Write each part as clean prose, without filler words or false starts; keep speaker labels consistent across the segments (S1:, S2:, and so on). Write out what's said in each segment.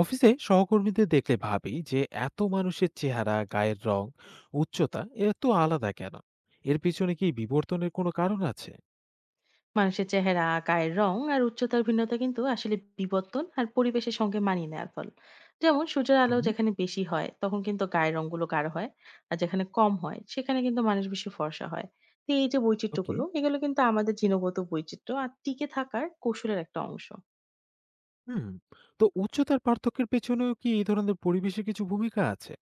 S1: অফিসে সহকর্মীদের দেখলে ভাবি যে এত মানুষের চেহারা, গায়ের রং, উচ্চতা এত আলাদা কেন? এর পিছনে কি বিবর্তনের কোনো কারণ আছে?
S2: মানুষের চেহারা, গায়ের রং আর উচ্চতার ভিন্নতা কিন্তু আসলে বিবর্তন আর পরিবেশের সঙ্গে মানিয়ে নেওয়ার ফল। যেমন সূর্যের আলো
S1: হুম।
S2: যেখানে বেশি হয় তখন কিন্তু গায়ের রংগুলো গাঢ় হয়, আর যেখানে কম হয় সেখানে কিন্তু মানুষ বেশি ফর্সা হয়। তো এই যে
S1: ওকে।
S2: বৈচিত্র্যগুলো এগুলো কিন্তু আমাদের জিনগত বৈচিত্র্য আর টিকে থাকার কৌশলের একটা অংশ।
S1: হুম। তো উচ্চতার পার্থক্যের পেছনেও কি এই ধরনের পরিবেশে কিছু ভূমিকা আছে?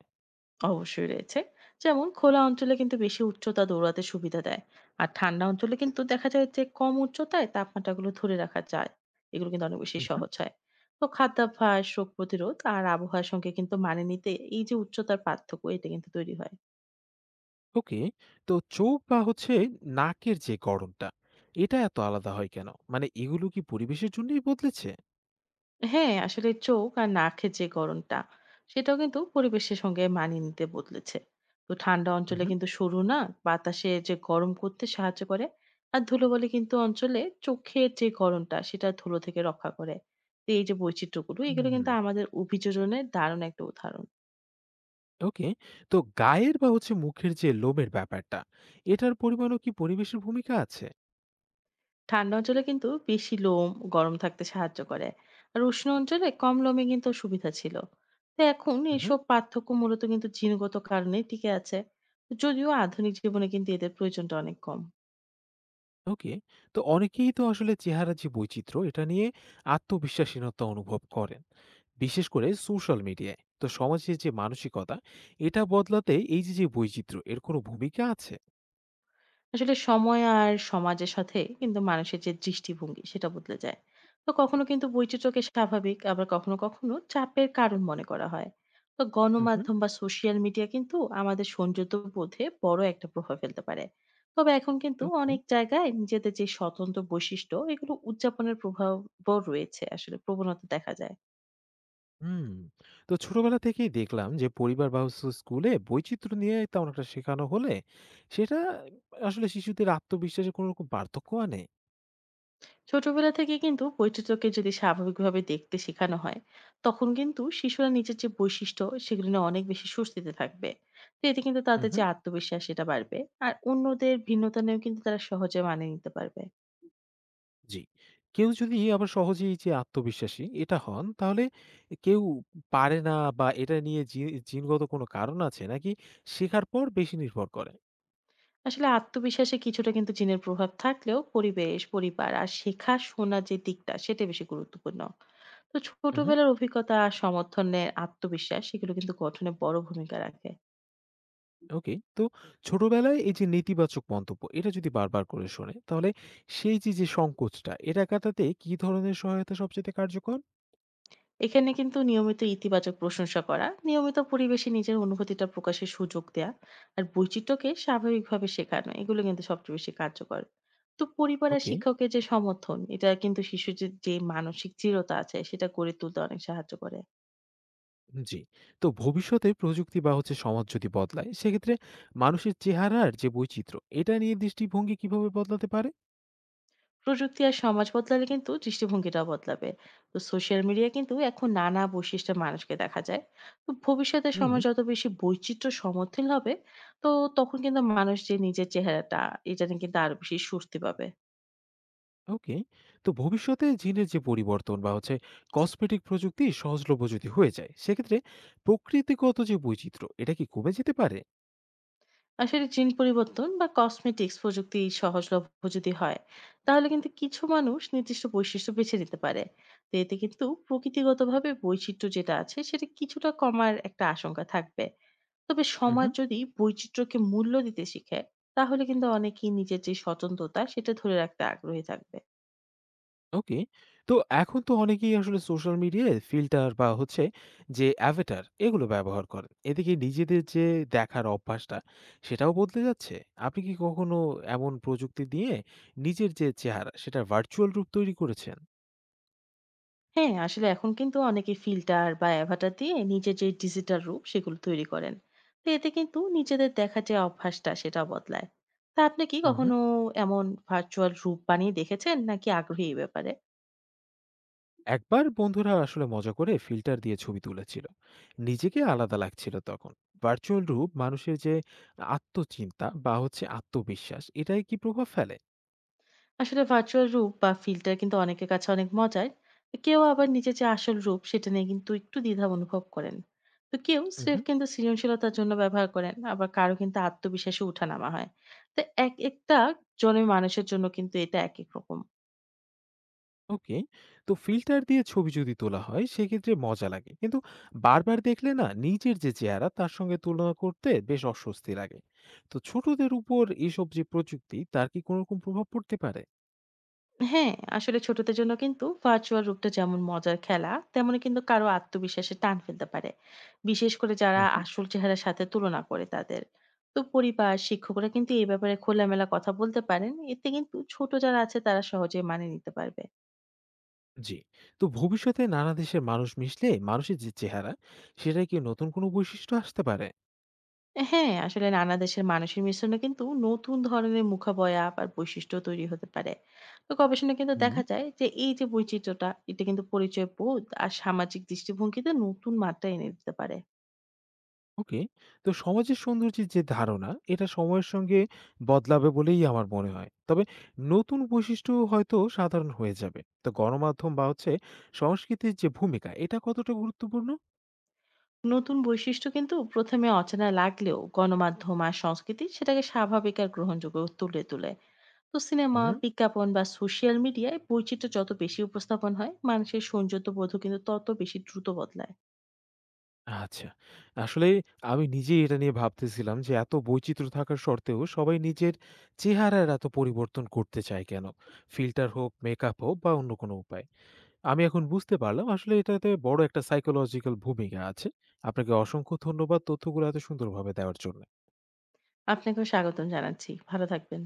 S2: অবশ্যই রয়েছে, যেমন খোলা অঞ্চলে কিন্তু বেশি উচ্চতা দৌড়াতে সুবিধা দেয়, আর ঠান্ডা অঞ্চলে কিন্তু দেখা যায় যে কম উচ্চতায় তাপমাত্রাগুলো ধরে রাখা যায়, এগুলো কিন্তু অনেক বেশি
S1: হুম।
S2: সহজ হয়। তো খাদ্যাভ্যাস, রোগ প্রতিরোধ আর আবহাওয়ার সঙ্গে কিন্তু মানিয়ে নিতে এই যে উচ্চতার পার্থক্য, এটা কিন্তু তৈরি হয়।
S1: ওকে। তো চোখ বা হচ্ছে নাকের যে গড়নটা, এটা এত আলাদা হয় কেন? মানে এগুলো কি পরিবেশের জন্যই বদলেছে?
S2: হ্যাঁ, আসলে চোখ আর নাকের যে গরমটা, সেটাও কিন্তু পরিবেশের সঙ্গে মানিয়ে নিতে বদলেছে। তো ঠান্ডা অঞ্চলে
S1: হুম।
S2: কিন্তু সরু না বাতাসে যে গরম করতে সাহায্য করে। আর ধুলোবালি কিন্তু অঞ্চলে চোখের যে গরমটা, সেটা ধুলো থেকে রক্ষা করে। তো এই যে বৈচিত্র্যগুলো, এগুলো
S1: হুম।
S2: কিন্তু আমাদের অভিযোজনের দারুণ একটা উদাহরণ।
S1: ওকে। তো গায়ের বা হচ্ছে মুখের যে লোমের ব্যাপারটা, এটার পরিমাণও কি পরিবেশের ভূমিকা আছে?
S2: ঠান্ডা অঞ্চলে কিন্তু বেশি লোম গরম থাকতে সাহায্য করে, আর উষ্ণ অঞ্চলে কম লোমে কিন্তু সুবিধা ছিল। তো এখন
S1: উহু।
S2: এসব পার্থক্য মূলত কিন্তু জিনগত কারণে টিকে আছে, যদিও আধুনিক জীবনে কিন্তু এদের প্রয়োজনটা অনেক কম।
S1: ওকে। তো অনেকেই তো আসলে চেহারার যে বৈচিত্র্য এটা নিয়ে আত্মবিশ্বাসহীনতা অনুভব করেন, বিশেষ করে সোশ্যাল মিডিয়ায়। তো সমাজের যে মানসিকতা, এটা বদলাতে এই যে, যে বৈচিত্র্য এর কোনো ভূমিকা আছে?
S2: আসলে সময় আর সমাজের সাথে কিন্তু মানুষের যে দৃষ্টিভঙ্গি সেটা বদলে যায়। তো কখনো কিন্তু বৈচিত্র্যকে স্বাভাবিক, আবার কখনো কখনো চাপের কারণ মনে করা হয়। তো
S1: উহু।
S2: গণমাধ্যম বা সোশ্যাল মিডিয়া কিন্তু আমাদের সৌন্দর্য বোধে বড় একটা প্রভাব ফেলতে পারে। তবে এখন কিন্তু
S1: ওকে।
S2: অনেক জায়গায় নিজেদের যে স্বতন্ত্র বৈশিষ্ট্য এগুলো উদযাপনের প্রভাব রয়েছে, আসলে প্রবণতা দেখা যায়।
S1: হুম। তো ছোটবেলা থেকেই দেখলাম যে পরিবার বা হচ্ছে স্কুলে বৈচিত্র্য নিয়ে তেমন একটা শেখানো হলে সেটা আসলে শিশুদের আত্মবিশ্বাসে কোনরকম পার্থক্য আনে?
S2: ছোটবেলা থেকে কিন্তু বৈচিত্র্যকে যদি স্বাভাবিকভাবে দেখতে শেখানো হয়, তখন কিন্তু শিশুরা নিজের যে বৈশিষ্ট্য সেগুলো নিয়ে অনেক বেশি স্বস্তিতে থাকবে। তো এতে কিন্তু তাদের যে আত্মবিশ্বাস সেটা বাড়বে, আর অন্যদের ভিন্নতা নিয়েও কিন্তু তারা সহজে মানিয়ে নিতে পারবে।
S1: জি। কেউ যদি আবার সহজেই যে আত্মবিশ্বাসী এটা হন, তাহলে কেউ পারে না বা এটা নিয়ে জি জিনগত কোনো কারণ আছে নাকি শেখার পর বেশি নির্ভর করে?
S2: আসলে আত্মবিশ্বাসে কিছুটা কিন্তু জিনের প্রভাব থাকলেও পরিবেশ, পরিবার আর শেখা শোনা যে দিকটা সেটা বেশি গুরুত্বপূর্ণ। তো
S1: উহু।
S2: ছোটবেলার অভিজ্ঞতা আর সমর্থনের আত্মবিশ্বাস সেগুলো কিন্তু গঠনে বড় ভূমিকা রাখে।
S1: ওকে। তো ছোটবেলায় এই যে নেতিবাচক মন্তব্য, এটা যদি বারবার করে শোনে, তাহলে সেই যে, যে সংকোচটা, এটা কাটাতে কি ধরনের সহায়তা সবচাইতে কার্যকর?
S2: এখানে কিন্তু নিয়মিত ইতিবাচক প্রশংসা করা, নিয়মিত পরিবেশে নিজের অনুভূতিটা প্রকাশের সুযোগ দেয়া আর বৈচিত্র্যকে স্বাভাবিকভাবে শেখানো, এগুলো কিন্তু সবচেয়ে বেশি কার্যকর। তো পরিবার আর
S1: ওকে।
S2: শিক্ষকের যে সমর্থন এটা কিন্তু শিশুর যে যে মানসিক দৃঢ়তা আছে সেটা গড়ে তুলতে অনেক সাহায্য করে।
S1: জি। তো ভবিষ্যতে প্রযুক্তি বা হচ্ছে সমাজ যদি বদলায়, সেক্ষেত্রে মানুষের চেহারার যে বৈচিত্র্য, এটা নিয়ে দৃষ্টিভঙ্গি কিভাবে বদলাতে পারে?
S2: প্রযুক্তি আর সমাজ বদলালে কিন্তু দৃষ্টিভঙ্গিটাও বদলাবে। তো সোশ্যাল মিডিয়া কিন্তু এখন নানা বৈশিষ্ট্যের মানুষকে দেখা যায়। তো ভবিষ্যতে
S1: হুম।
S2: সমাজ যত বেশি বৈচিত্র্য সমর্থন হবে, তো তখন কিন্তু মানুষ যে নিজের চেহারাটা এটা নিয়ে কিন্তু আরো বেশি স্বস্তি পাবে।
S1: ওকে। তো ভবিষ্যতে জিনের যে পরিবর্তন বা হচ্ছে কসমেটিক প্রযুক্তি সহজলভ্য যদি হয়ে যায়, সেক্ষেত্রে প্রকৃতিগত যে বৈচিত্র্য, এটা কি কমে যেতে পারে?
S2: আসলে জিন পরিবর্তন বা কসমেটিক্স প্রযুক্তি সহজলভ্য যদি হয়, তাহলে কিন্তু কিছু মানুষ নির্দিষ্ট বৈশিষ্ট্য বেছে নিতে পারে। তো এতে কিন্তু প্রকৃতিগতভাবে বৈচিত্র্য যেটা আছে সেটা কিছুটা কমার একটা আশঙ্কা থাকবে। তবে সমাজ
S1: উহুম।
S2: যদি বৈচিত্র্যকে মূল্য দিতে শিখে, তাহলে কিন্তু অনেকেই নিজের যে সচেতনতা সেটা ধরে রাখতে আগ্রহী থাকবে।
S1: ওকে। তো এখন তো অনেকেই আসলে সোশ্যাল মিডিয়ায় ফিল্টার বা হচ্ছে যে অ্যাভাটার এগুলো ব্যবহার করেন। এতে কি নিজেদের যে দেখার অভ্যাসটা, সেটাও বদলে যাচ্ছে? আপনি কি কখনো এমন প্রযুক্তি দিয়ে নিজের যে চেহারা, সেটার ভার্চুয়াল রূপ তৈরি করেছেন?
S2: হ্যাঁ, আসলে এখন কিন্তু অনেকে ফিল্টার বা অ্যাভাটার দিয়ে নিজের যে ডিজিটাল রূপ সেগুলো তৈরি করেন। তো এতে কিন্তু নিজেদের দেখা যে অভ্যাসটা সেটা বদলায়। তা আপনি কি কখনো এমন ভার্চুয়াল রূপ বানিয়ে দেখেছেন, নাকি আগ্রহী এই ব্যাপারে?
S1: একবার বন্ধুরা আসলে মজা করে ফিল্টার দিয়ে ছবি তুলেছিল, নিজেকে আলাদা লাগছিল তখন। ভার্চুয়াল রূপ মানুষের যে আত্মচিন্তা বা হচ্ছে আত্মবিশ্বাস এটাই কি প্রভাব ফেলে?
S2: আসলে ভার্চুয়াল রূপ বা ফিল্টার কিন্তু অনেকের কাছে অনেক মজার। কেউ আবার নিজের যে আসল রূপ সেটা নিয়ে কিন্তু একটু দ্বিধা অনুভব করেন। তো কেউ স্রেফ
S1: হুম।
S2: কিন্তু সৃজনশীলতার জন্য ব্যবহার করেন, আবার কারো কিন্তু আত্মবিশ্বাসে উঠানামা হয়। তো এক একটা জনের মানুষের জন্য কিন্তু এটা এক এক রকম।
S1: ওকে। তো ফিল্টার দিয়ে ছবি যদি তোলা হয় সেক্ষেত্রে মজা লাগে, কিন্তু বারবার দেখলে না নিজের যে চেহারা তার সঙ্গে তুলনা করতে বেশ অস্বস্তি লাগে। তো ছোটদের উপর এসব যে প্রযুক্তি তার কি কোনো রকম প্রভাব পড়তে পারে?
S2: হ্যাঁ, আসলে ছোটদের জন্য কিন্তু ভার্চুয়াল রূপটা যেমন মজার খেলা, তেমনি কিন্তু কারো আত্মবিশ্বাসে টান ফেলতে পারে। বিশেষ করে যারা আসল চেহারার সাথে তুলনা করে তাদের। তো পরিবার, শিক্ষকরা কিন্তু এই ব্যাপারে খোলামেলা কথা বলতে পারেন। এতে কিন্তু ছোট যারা আছে তারা সহজে মানিয়ে নিতে পারবে।
S1: জি। তো ভবিষ্যতে নানা দেশের মানুষ মিশলে মানুষের যে চেহারা সেটায় কি নতুন কোনো বৈশিষ্ট্য আসতে পারে?
S2: হ্যাঁ, আসলে নানা দেশের মানুষের মিশ্রণে কিন্তু নতুন ধরনের মুখাবয়া আর বৈশিষ্ট্য তৈরি হতে পারে। তো গবেষণায় কিন্তু
S1: হুম।
S2: দেখা যায় যে এই যে বৈচিত্র্যটা, এটা কিন্তু পরিচয় বোধ আর সামাজিক দৃষ্টিভঙ্গিতে নতুন মাত্রা এনে দিতে পারে।
S1: ওকে। তো সমাজের সৌন্দর্যের যে ধারণা এটা সময়ের সঙ্গে বদলাবে বলেই আমার মনে হয়। তবে নতুন বৈশিষ্ট্য হয়তো সাধারণ হয়ে যাবে। তো গণমাধ্যম বা হচ্ছে সংস্কৃতির যে ভূমিকা এটা কতটা গুরুত্বপূর্ণ?
S2: নতুন বৈশিষ্ট্য কিন্তু প্রথমে অচেনা লাগলেও গণমাধ্যম আর সংস্কৃতি সেটাকে স্বাভাবিক আর গ্রহণযোগ্য তুলে তুলে। তো সিনেমা,
S1: হুম।
S2: বিজ্ঞাপন বা সোশ্যাল মিডিয়ায় বৈচিত্র্য যত বেশি উপস্থাপন হয় মানুষের সৌন্দর্য বোধ কিন্তু তত বেশি দ্রুত বদলায়।
S1: আচ্ছা। আসলে আমি নিজেই এটা নিয়ে ভাবতেছিলাম যে এত বৈচিত্র্য থাকা সত্ত্বেও সবাই নিজের চেহারার এত পরিবর্তন করতে চায় কেন? ফিল্টার হোক, মেকআপ হোক বা অন্য কোনো উপায়। আমি এখন বুঝতে পারলাম আসলে এটাতে বড় একটা সাইকোলজিক্যাল ভূমিকা আছে। আপনাকে অসংখ্য ধন্যবাদ তথ্যগুলো এত সুন্দরভাবে দেওয়ার জন্য।
S2: আপনাকেও স্বাগতম জানাচ্ছি, ভালো থাকবেন।